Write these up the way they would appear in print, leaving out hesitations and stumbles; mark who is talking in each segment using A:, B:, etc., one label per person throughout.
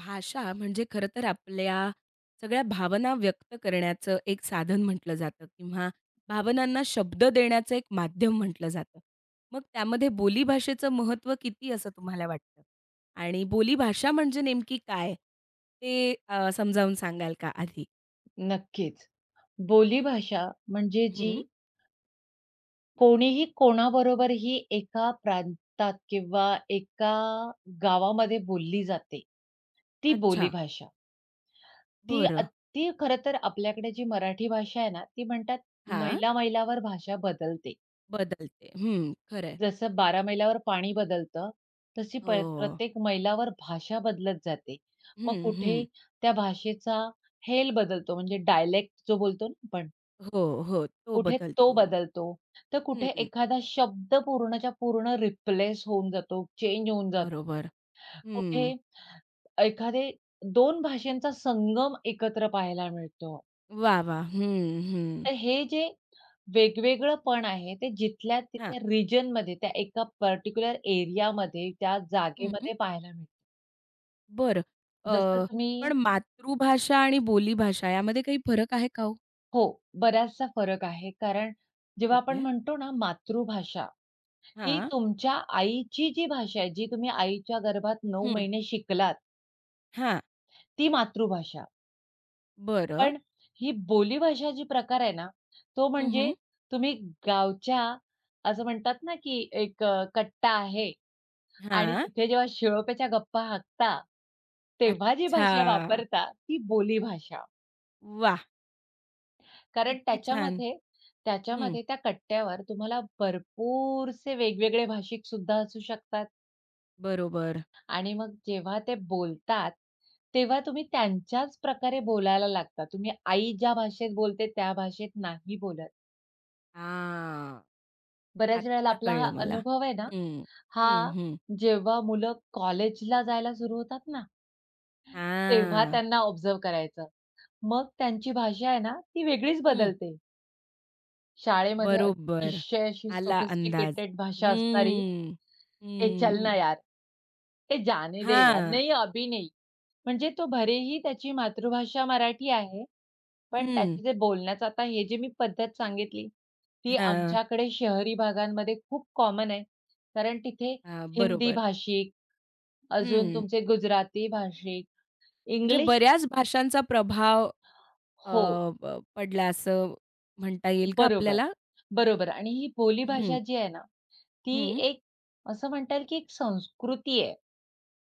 A: भाषा म्हणजे खरं तर आपल्या सगळ्या भावना व्यक्त करण्याचं एक साधन म्हटलं जातं किंवा भावनांना शब्द देण्याचं एक माध्यम म्हटलं जातं. मग त्यामध्ये बोली भाषेचं महत्त्व किती असं तुम्हाला वाटतं? आणि बोली भाषा म्हणजे नेमकी काय? ते समजावून सांगाल का आधी?
B: नक्कीच. बोलीभाषा म्हणजे जी
A: हं.
B: कोणीही कोणाबरोबरही एका प्रांतात किंवा एका गावामध्ये बोलली जाते, ती
A: अच्छा.
B: बोलीभाषा. ती
A: बरं.
B: अत ती खरं तर आपल्याकडे जी मराठी भाषा आहे ना, ती म्हणतात
A: हां.
B: मैला-मैलावर भाषा बदलते.
A: बदलते. हं. खरं
B: जसं 12 मैलावर पाणी बदलतं, तशी प
A: हो.
B: प्रत्येक मैलावर भाषा बदलत जाते. मग
A: हं,
B: कुठे
A: हं.
B: त्या भाषेचा हेल बदलतो म्हणजे डायलेक्ट जो बोलतो ना आपण,
A: हो, हो. तो
B: कुठे तो
A: बदलतो.
B: बदलतो, तर कुठे
A: हं.
B: एखादा शब्द पूर्णच्या पूर्ण रिप्लेस होऊन जातो, चेंज होऊन जातो.
A: बरोबर. हं.
B: कुठे एखादे दोन भाषांचा संगम एकत्र पाहायला मिळतो.
A: वाह! वाह! हं, हं.
B: तर हे जे वेगवेगळंपण आहे, ते जिथल्या
A: हां.
B: तिथे रिजनमध्ये, त्या एका पर्टिक्युलर एरियामध्ये, त्या
A: हं.
B: जागेमध्ये पाहायला मिळतं.
A: बरं.
B: जसं
A: अ,
B: तुम्ही
A: पण मातृभाषा आणि बोलीभाषा यामध्ये काही फरक आहे का हो?
B: हो, बराचसा फरक आहे. कारण जेव्हा आपण
A: ओके.
B: म्हणतो ना मातृभाषा ही
A: हां.
B: तुमच्या आईची जी भाषा आहे, जी तुम्ही आईच्या गर्भात 9
A: हं.
B: महिने शिकलात,
A: हां.
B: ती मातृभाषा.
A: बरं.
B: पण ही बोलीभाषा जी प्रकार आहे ना, तो
A: हं,
B: म्हणजे तुम्ही गावच्या असं म्हणतात ना, की एक कट्टा आहे आणि
A: हां.
B: तिथे जेव्हा शिळोप्याच्या गप्पा हाकता, तेव्हा जी
A: अच्छा.
B: भाषा वापरता, ती बोलीभाषा.
A: वा,
B: कारण
A: किती छान.
B: त्याच्यामध्ये
A: हं.
B: त्याच्यामध्ये त्या कट्ट्यावर तुम्हाला भरपूरसे वेगवेगळे भाषिक सुद्धा असू शकतात.
A: बरोबर.
B: आणि मग जेव्हा ते बोलतात, तेव्हा तुम्ही त्यांच्याच प्रकारे बोलायला लागता. तुम्ही आई ज्या भाषेत बोलते त्या भाषेत नाही बोलत.
A: हां.
B: बऱ्याच वेळेला
A: आत्ता
B: आपला हा
A: कळलं मला.
B: अनुभव आहे ना,
A: हं. हं,
B: हा
A: हं.
B: जेव्हा मुलं कॉलेजला जायला सुरू होतात ना, तेव्हा
A: हां.
B: त्यांना ऑब्झर्व्ह करायचं. मग त्यांची भाषा आहे ना, ती वेगळीच
A: हं.
B: बदलते. शाळेमध्ये
A: बरोबर.
B: अतिशय अशी
A: आला अंदाज.
B: सोफिस्टिकेटेड भाषा असणारी,
A: हं.
B: "ए चल
A: हं.
B: ना यार, ए जाने दे यार,
A: हां.
B: नहीं अभी नहीं." म्हणजे तो भलेही त्याची मातृभाषा मराठी आहे, पण
A: हं.
B: त्याचे जे बोलण्याचं आता हे जी मी पद्धत सांगितली, ती
A: हां,
B: आमच्याकडे शहरी भागांमध्ये खूप कॉमन आहे. कारण तिथे
A: हां,
B: हिंदी
A: बरोबर.
B: भाषिक, अजून
A: हं.
B: तुमचे गुजराती भाषिक,
A: म्हणजे
B: इंग्लिश
A: बऱ्याच भाषांचा प्रभाव अ,
B: हो,
A: ब पडला असं म्हणता येईल का
B: बरोबर,
A: आपल्याला?
B: बरोबर. आणि ही
A: हं,
B: बोलीभाषा जी आहे ना, ती
A: हं.
B: एक असं म्हणता येईल की एक संस्कृती आहे.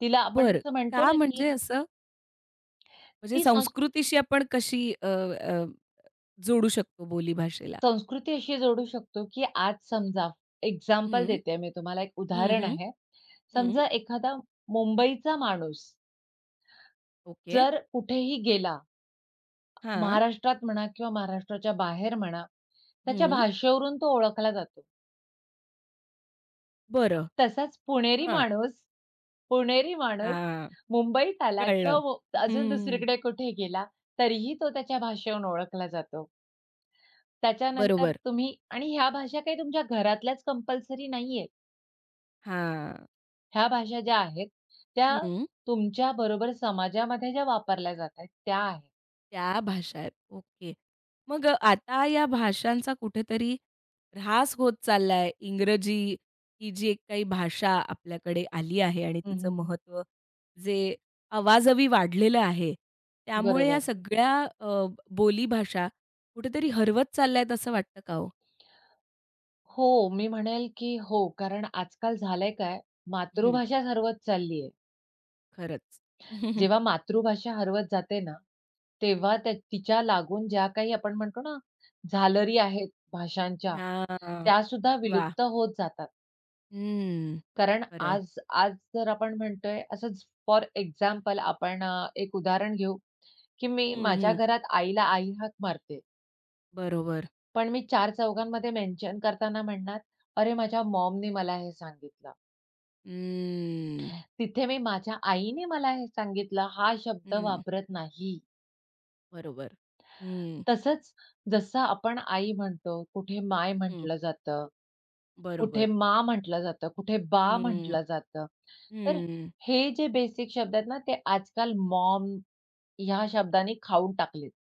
B: तिला आपण
A: बरं.
B: जसं म्हणतो
A: का
B: ना, की
A: म्हणजे असं? म्हणजे
B: ती संस्कृती
A: संस्कृतीशी आपण कशी अ, अ, जोडू शकतो बोली भाषेला?
B: संस्कृती अशी जोडू शकतो, की आज समजा एक्झाम्पल
A: हं,
B: देते मी तुम्हाला एक
A: हं,
B: उदाहरण
A: हं,
B: आहे.
A: हं.
B: समजा एखादा मुंबईचा माणूस
A: ओके.
B: जर कुठेही गेला,
A: हां.
B: महाराष्ट्रात म्हणा किंवा महाराष्ट्राच्या बाहेर म्हणा, त्याच्या
A: हं.
B: भाषेवरून तो ओळखला जातो.
A: बरं.
B: तसाच पुणेरी
A: हां.
B: माणूस पुणेरी माणूस
A: हां.
B: मुंबईत आला
A: कळलं.
B: किंवा मु अजून
A: हं.
B: दुसरीकडे कुठे गेला, तरीही तो त्याच्या भाषेवरून ओळखला जातो. त्याच्यानंतर
A: बरोबर.
B: तुम्ही आणि ह्या भाषा काही तुमच्या घरातल्याच कंपल्सरी नाहीये.
A: हां.
B: ह्या भाषा ज्या आहेत, त्या
A: हं.
B: तुमच्याबरोबर समाजामध्ये ज्या वापरल्या जातायत, त्या आहेत.
A: त्या भाषा आहेत. ओके. मग आता या भाषांचा कुठेतरी ऱ्हास होत चाललाय. इंग्रजी ही जी एक काही भाषा आपल्याकडे आली आहे आणि
B: हं,
A: तिचं
B: हं, हं.
A: महत्त्व जे आवाजावी वाढलेलं आहे. त्यामुळे या
B: बरोबर.
A: सगळ्या अ, बोलीभाषा कुठेतरी हरवत चालल्यात असं वाटतं का हो?
B: हो, मी म्हणेल की हो, कारण आजकाल झालंय काय,
A: हं,
B: मातृभाषाच हरवत चालली आहे.
A: खरंच.
B: जेव्हा मातृभाषा हरवत जाते ना, तेव्हा त्या तिच्या लागून ज्या काही आपण म्हणतो ना, झालरी आहेत भाषांच्या,
A: हां.
B: त्यासुद्धा
A: वाह!
B: विलुप्त होत जातात.
A: हं.
B: कारण
A: खरं आहे.
B: आज आज जर आपण म्हणतोय असंच फॉर एक्झाम्पल आपण एक उदाहरण घेऊ, की मी
A: हं,
B: माझ्या
A: हं.
B: घरात आईला आई हाक मारते.
A: बरोबर.
B: पण मी चार चौघांमध्ये मेन्शन करताना म्हणणार, "अरे माझ्या मॉमनी मला हे सांगितलं."
A: हं.
B: तिथे मी माझ्या आईने मला हे सांगितलं हा शब्द
A: हं.
B: वापरत नाही.
A: बरोबर. हं,
B: तसंच जसं आपण आई म्हणतो, कुठे माय
A: हं.
B: म्हटलं जातं. कुठे
A: बरोबर.
B: मा म्हटलं जातं, कुठे बा
A: हं,
B: म्हटलं जातं. तर
A: हं.
B: हे जे बेसिक शब्द आहेत ना, ते आजकाल मॉम ह्या शब्दाने खाऊन टाकलेत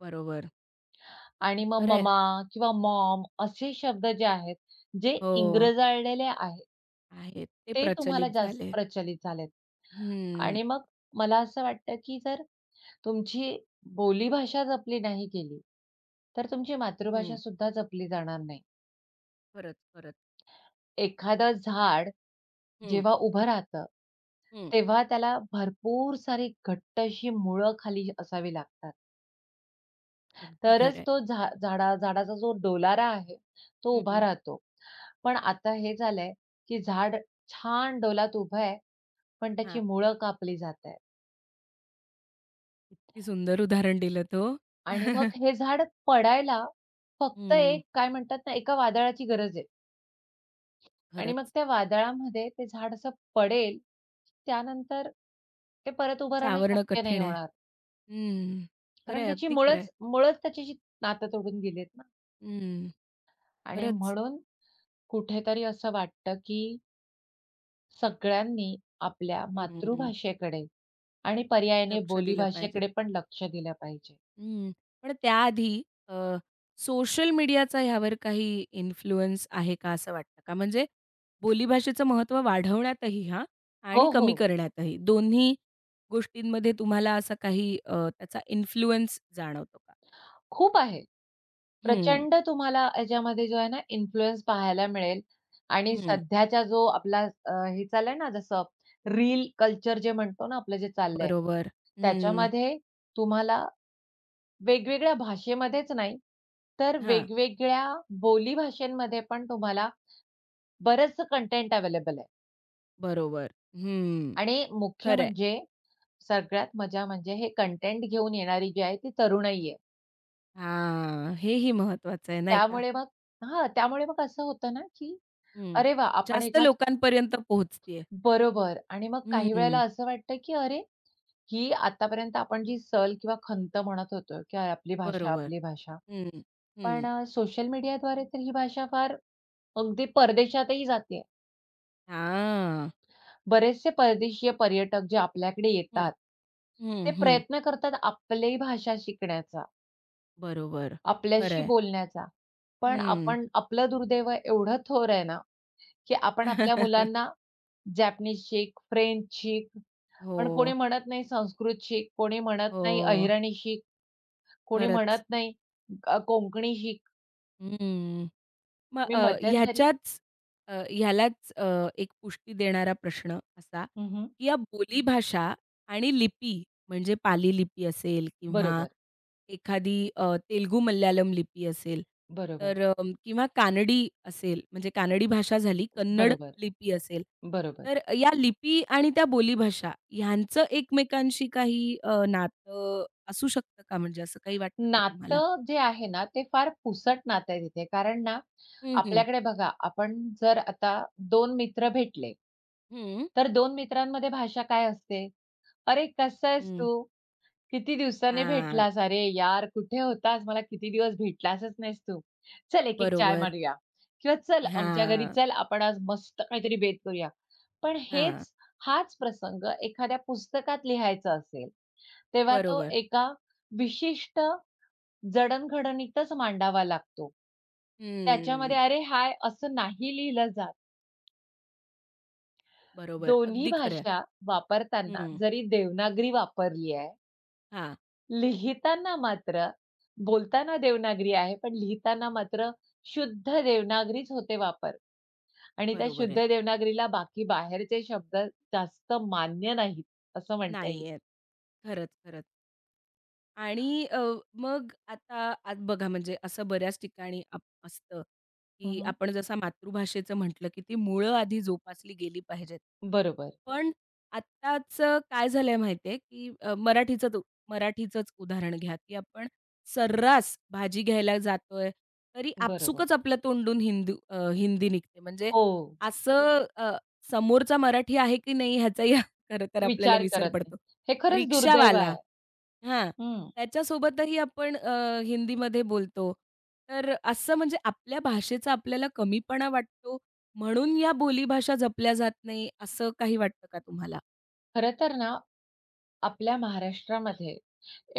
A: बरोबर.
B: आणि मग
A: खरं आहे.
B: ममा किंवा मॉम असे शब्द जे आहेत, जे
A: हो,
B: इंग्रजाळलेले आहेत,
A: आहेत. ते
B: ते तुम्हाला
A: प्रचलित
B: जास्त
A: झाले.
B: प्रचलित झालेत.
A: हं,
B: आणि मग मला असं वाटतं, की जर तुमची बोलीभाषा जपली नाही गेली, तर तुमची मातृभाषा
A: हं.
B: सुद्धा जपली जाणार नाही.
A: खरंच, खरंच.
B: एखादं झाड
A: हं,
B: जेव्हा उभं राहतं
A: हं.
B: तेव्हा त्याला भरपूर सारी घट्ट अशी मुळं खाली असावी लागतात.
A: अगदी खरं
B: तरच
A: आहे.
B: तो झा झाडा झाडाचा जो डोलारा आहे, तो उभा
A: हं,
B: राहतो. पण आता हे झालंय, की झाड छान डोलात उभं आहे, पण त्याची
A: हां.
B: मुळं कापली जात आहेत.
A: सुंदर उदाहरण दिलंत हो.
B: आणि
A: हं,
B: मग हे झाड पडायला फक्त एक काय म्हणतात ना, एका वादळाची गरज आहे. आणि मग
A: खरंच.
B: त्या वादळामध्ये ते झाड असं पडेल, त्यानंतर ते परत उभं राहणं
A: सावरणं
B: शक्य नाही
A: कठीण आहे.
B: होणार.
A: हं.
B: कारण
A: खरं
B: त्याची
A: अगदी खरं आहे.
B: मुळंच मुळंच त्याच्याशी नातं तोडून गेलेत. आणि
A: खरंच.
B: म्हणून कुठेतरी असं वाटतं, की सगळ्यांनी आपल्या
A: हं.
B: मातृभाषेकडे आणि पर्यायाने
A: लक्ष दिलं पाहिजे.
B: बोलीभाषेकडे पण लक्ष दिलं पाहिजे.
A: हं. पण त्याआधी अ, सोशल मीडियाचा ह्यावर काही इन्फ्लुअन्स आहे का असं वाटतं का? म्हणजे बोलीभाषेचं महत्त्व वाढवण्यातही हां आणि
B: हो,
A: कमी
B: हो.
A: करण्यातही दोन्ही गोष्टींमध्ये तुम्हाला असा काही त्याचा इन्फ्लुअन्स जाणवतो का?
B: खूप आहे.
A: हं,
B: प्रचंड तुम्हाला याच्यामध्ये जो आहे ना इन्फ्लुअन्स पाहायला मिळेल आणि
A: हं.
B: सध्याचा जो आपला हे चाललंय ना जसं रील कल्चर जे म्हणतो ना आपलं जे चाललंय,
A: बरोबर. हं.
B: त्याच्यामध्ये तुम्हाला वेगवेगळ्या भाषेमध्येच नाही, तर
A: हां.
B: वेगवेगळ्या बोलीभाषेंमध्ये पण तुम्हाला बरंचसं कंटेंट अवेलेबल आहे
A: बरोबर. हं.
B: आणि मुख्य
A: खरं
B: म्हणजे सगळ्यात मजा म्हणजे हे कंटेंट घेऊन येणारी जी आहे ती तरुणाई आहे.
A: हां. हेही महत्त्वाचं आहे नाही का?
B: त्यामुळे मग त्यामुळे मग असं होतं ना, की
A: हं.
B: अरे वाह! आपण
A: जास्त
B: एका
A: लोकांपर्यंत पोहोचते आहे.
B: बरोबर आणि मग काही वेळेला असं वाटतं, की अरे, ही आतापर्यंत आपण जी सल किंवा खंत म्हणत होतो, की आपली भाषा,
A: बरोबर.
B: आपली भाषा.
A: हं,
B: पण
A: हं.
B: सोशल मीडियाद्वारे तर ही भाषा फार अगदी परदेशातही जाते.
A: हां.
B: बरेचसे परदेशीय पर्यटक जे आपल्याकडे
A: हं,
B: येतात, ते
A: हं, हं.
B: प्रयत्न करतात आपली भाषा शिकण्याचा,
A: बरोबर. खरं
B: आपल्याशी
A: आहे.
B: बोलण्याचा. पण
A: हं.
B: आपण आपलं दुर्दैव एवढं थोर आहे ना, की आपण आपल्या मुलांना जॅपनीज शिक, फ्रेंच शिक, पण कोणी
A: हो,
B: म्हणत नाही संस्कृत शिक, कोणी म्हणत
A: हो.
B: नाही अहिराणी शिक, कोणी
A: खरंच.
B: म्हणत नाही कोंकणी शिक.
A: हं. मग
B: मी मध्यंतरी
A: ह्यालाच एक पुष्टी देणारा प्रश्न असा,
B: हं,
A: की या बोलीभाषा आणि लिपी म्हणजे पाली लिपी असेल किंवा
B: बरोबर,
A: एखादी तेलुगू मल्याळम लिपी असेल,
B: बरोबर,
A: तर किंवा कानडी असेल म्हणजे कानडी भाषा झाली, कन्नड
B: बरोबर,
A: लिपी असेल.
B: बरोबर.
A: तर या लिपी आणि त्या बोलीभाषा ह्यांचं एकमेकांशी काही नातं असू शकतं का म्हणजे असं काही वाटतं का तुम्हाला?
B: नातं जे आहे ना, ते फार पुसट नातं आहे तिथे. कारण ना
A: हं, हं.
B: आपल्याकडे बघा, आपण जर आता दोन मित्र भेटले,
A: हं.
B: तर दोन मित्रांमध्ये भाषा काय असते? "अरे कसा आहेस
A: हं.
B: तू? किती दिवसांनी
A: हां.
B: भेटलास? अरे यार कुठे होतास? मला किती दिवस भेटलासच नाहीस तू. चल एक-एक चाय
A: बरोबर.
B: मारूया." किंवा "चल आमच्या घरी
A: हां,
B: चल, आपण आज मस्त काहीतरी बेत करूया." पण
A: हां.
B: हाच प्रसंग एखाद्या पुस्तकात लिहायचा असेल, तेव्हा तो
A: बरोबर.
B: एका विशिष्ट जडणघडणीतच मांडावा लागतो. त्याच्यामध्ये
A: हम्म.
B: अरे हाय असं नाही लिहिलं जात.
A: बरोबर.
B: दोन्ही
A: अगदी खरं आहे.
B: भाषा वापरताना
A: हं.
B: जरी देवनागरी वापरली आहे,
A: हां.
B: लिहिताना मात्र बोलताना देवनागरी आहे, पण लिहिताना मात्र शुद्ध देवनागरीच होते वापर आणि त्या
A: बरोबर
B: शुद्ध
A: आहे.
B: देवनागरीला बाकी बाहेरचे शब्द जास्त मान्य नाहीत, असं म्हणता येईल.
A: नाही आहेत. खरंच, खरंच. आणि मग आता आज बघा म्हणजे असं बऱ्याच ठिकाणी असतं, की
B: हं,
A: आपण जसं मातृभाषेचं म्हटलं, की ती मुळं आधी जोपासली गेली पाहिजेत.
B: बरोबर,
A: पण आत्ताचं काय झालंय माहिती आहे, की अ, मराठीचंच मराठीचंच उदाहरण घ्या, की आपण सर्रास भाजी घ्यायला जातोय, तरी
B: बरोबर.
A: आपसुकच आपल्या तोंडून हिंदी निघते. म्हणजे
B: हो,
A: असं समोरचा मराठी आहे की नाही ह्याचाही खरं तर आपल्याला
B: विचार
A: विसर
B: करत नाही.
A: पडतो.
B: हे खरंच दुर्दैव
A: रिक्षावाला
B: आहे.
A: हां,
B: हं.
A: त्याच्यासोबतही आपण हिंदीमध्ये बोलतो. तर असं म्हणजे आपल्या भाषेचा आपल्याला कमीपणा वाटतो म्हणून या बोलीभाषा जपल्या जात नाही असं काही वाटतं का तुम्हाला?
B: खरं तर ना आपल्या महाराष्ट्रामध्ये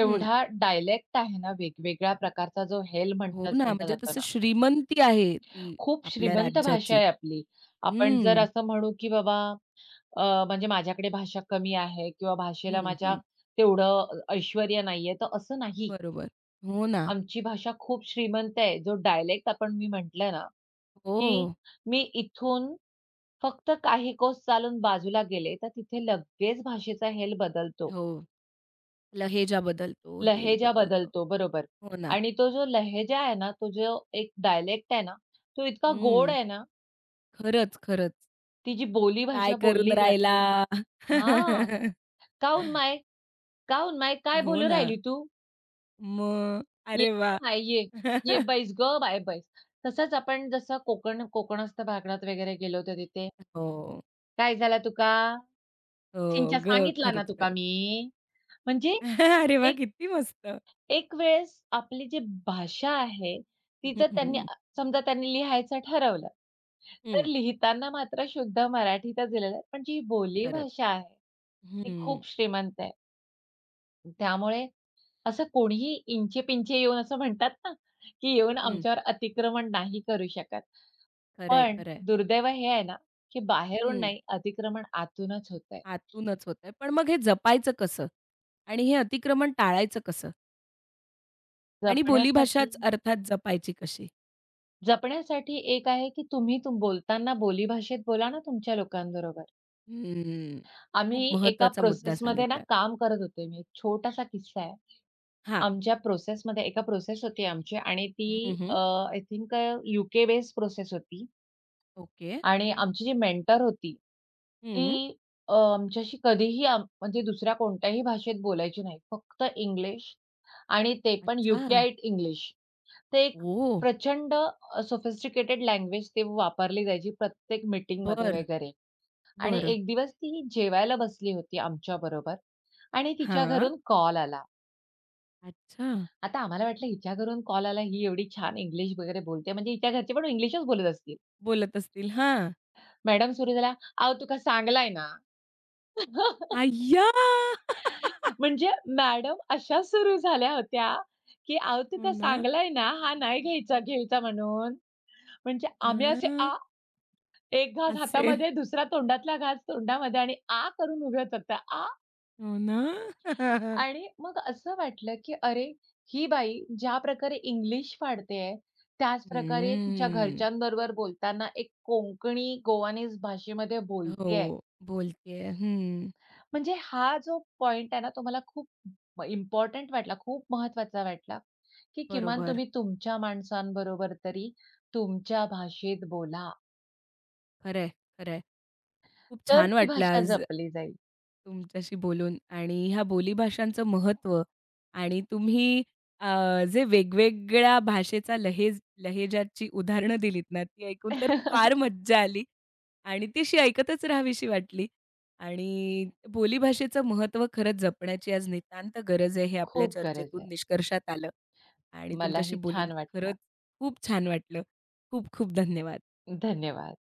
A: हं.
B: एवढा डायलेक्ट आहे ना, वेगवेगळ्या प्रकारचा जो हेल
A: हो
B: म्हणतात
A: ना,
B: म्हटला
A: म्हणजे
B: जातो
A: तसं
B: ना,
A: श्रीमंती आहे ती
B: खूप
A: आपल्या
B: श्रीमंत भाषा
A: राज्याची.
B: आहे आपली. आपण जर
A: हं,
B: असं म्हणू, की बाबा म्हणजे माझ्याकडे भाषा कमी आहे किंवा भाषेला
A: हं,
B: माझ्या
A: हं.
B: तेवढं ऐश्वर्य नाहीये, तर असं नाही.
A: बरोबर. हो ना.
B: आमची भाषा खूप श्रीमंत आहे. जो डायलेक्ट आपण मी म्हटलं ना, की
A: हो,
B: मी इथून फक्त काही कोस चालून बाजूला गेले, तर तिथे लगेच भाषेचा हेल बदलतो.
A: हो. लहेजा बदलतो, हेल
B: लहेजा
A: बदलतो.
B: बदलतो, बरोबर.
A: हो ना.
B: आणि तो जो लहेजा आहे ना, तो जो एक डायलेक्ट आहे ना, तो इतका गोड
A: हं.
B: आहे ना,
A: खरंच, खरंच.
B: ती जी
A: काय
B: बोलीभाषा
A: करून
B: बोलली
A: राहिला?
B: जाते हां. "काऊन माय? काऊन माय? काय
A: हो
B: बोलू
A: ना.
B: राहिली तू?
A: मग
B: ये
A: अरे वा?
B: गं माय, ये. ये बैस गं माय, बैस." तसंच आपण जसं कोकणस्थ भागात वगैरे गेलो होतो तिथे,
A: हो,
B: "काय झालं तुका?
A: हो.
B: सिंचा
A: गं,
B: सांगितला ना
A: खरंच,
B: तुका
A: खरंच.
B: मी." म्हणजे
A: अरे वा, किती मस्त.
B: एक वेळेस आपली जी भाषा आहे, ती
A: हं,
B: जर
A: हं,
B: समजा त्यांनी लिहायचं ठरवलं, तर
A: हं.
B: लिहिताना मात्र शुद्ध मराठीतच दिलेलं आहे. पण जी
A: खरंच.
B: बोलीभाषा आहे, ती
A: हं,
B: खूप श्रीमंत आहे. त्यामुळे असं कोणीही इंचे-पिंचे येऊन असं म्हणतात ना, की येऊन
A: हं.
B: आमच्यावर अतिक्रमण नाही करू शकत.
A: खरं आहे,
B: पण
A: खरं आहे.
B: दुर्दैव हे आहे ना, की बाहेरून
A: हं.
B: नाही, अतिक्रमण आतूनच होतंय.
A: आतूनच होतंय. पण मग हे जपायचं कसं? आणि हे अतिक्रमण टाळायचं कसं? आणि
B: जपण्यासाठी
A: बोलीभाषाच अर्थात जपायची कशी?
B: जपण्यासाठी एक आहे, की तुम्ही तुम बोलताना बोलीभाषेत बोला ना तुमच्या लोकांबरोबर.
A: हं.
B: आम्ही
A: खूप
B: एका
A: महत्त्वाचा मुद्दा
B: प्रोसेसमध्ये ना
A: सांगितला.
B: काम करत होते. मी एक छोटासा किस्सा आहे.
A: हां.
B: आमच्या प्रोसेसमध्ये एका प्रोसेस होती आमची आणि ती
A: हं, हं.
B: आय थिंक बेस्ड प्रोसेस होती
A: ओके.
B: आणि आमची जी मेंटर होती, ती
A: हं.
B: आमच्याशी कधीही म्हणजे दुसऱ्या कोणत्याही भाषेत बोलायची नाही. फक्त इंग्लिश आणि ते पण
A: अच्छा!
B: यूकेआयट इंग्लिश. ते एक
A: ओह!
B: प्रचंड सोफिस्टिकेटेड लँग्वेज ते वापरली जायची प्रत्येक मीटिंगमध्ये
A: बर,
B: वगैरे. आणि
A: बर,
B: एक दिवस ती जेवायला बसली होती आमच्या बरोबर आणि तिच्या
A: हां.
B: घरून कॉल आला.
A: अच्छा.
B: आता आम्हाला वाटलं हिच्या घरून कॉल आला, ही एवढी छान इंग्लिश वगैरे बोलते, म्हणजे हिच्या घरचे पण इंग्लिशच बोलत असतील.
A: बोलत असतील. हां.
B: मॅडम सुरू झाल्या, "अहो तुका सांगलाय ना."
A: "अय्या!"
B: म्हणजे मॅडम अशा सुरू झाल्या होत्या, की "अहो
A: हो
B: तुका
A: ना.
B: सांगलाय ना, हा नाही घ्यायचा घ्यायचा म्हणून." म्हणजे आम्ही असे
A: हां.
B: आ एक घास
A: असे.
B: हातामध्ये, दुसरा तोंडातला घास तोंडामध्ये आणि आ करून उभे होतो.
A: हो ना.
B: आणि मग असं वाटलं, की अरे, ही बाई ज्या प्रकारे इंग्लिश पाडतेय, त्याच प्रकारे तिच्या
A: हम्म.
B: घरच्यांबरोबर बोलताना एक कोंकणी गोवानीज भाषेमध्ये बोलतेय.
A: हो. बोलतीये. हं.
B: म्हणजे हा जो पॉइंट आहे ना, तो मला खूप इम्पोर्टंट वाटला, खूप महत्त्वाचा वाटला, की किमान
A: बरोबर.
B: तुम्ही तुमच्या माणसांबरोबर तरी तुमच्या भाषेत बोला,
A: खरं आहे, खरं आहे. खूप
B: तर
A: छान
B: ती
A: वाटलं
B: भाषा
A: आज
B: जपली जाईल.
A: तुमच्याशी बोलून आणि ह्या बोलीभाषांचं महत्त्व आणि तुम्ही अ, जे वेगवेगळ्या भाषेचा लहेजाची उदाहरणं दिलीत ना, ती ऐकून तर फार मज्जा आली आणि ती अशी ऐकतच राहावीशी वाटली आणि बोलीभाषेचं महत्त्व खरंच जपण्याची आज नितांत गरज आहे हे आपल्या
B: खूप गरज
A: चर्चेतून
B: आहे.
A: निष्कर्षात आलं आणि तुमच्याशी
B: मलाही
A: बोलून
B: छान वाटलं.
A: खरंच खूप छान वाटलं. खूप खूप धन्यवाद.
B: धन्यवाद.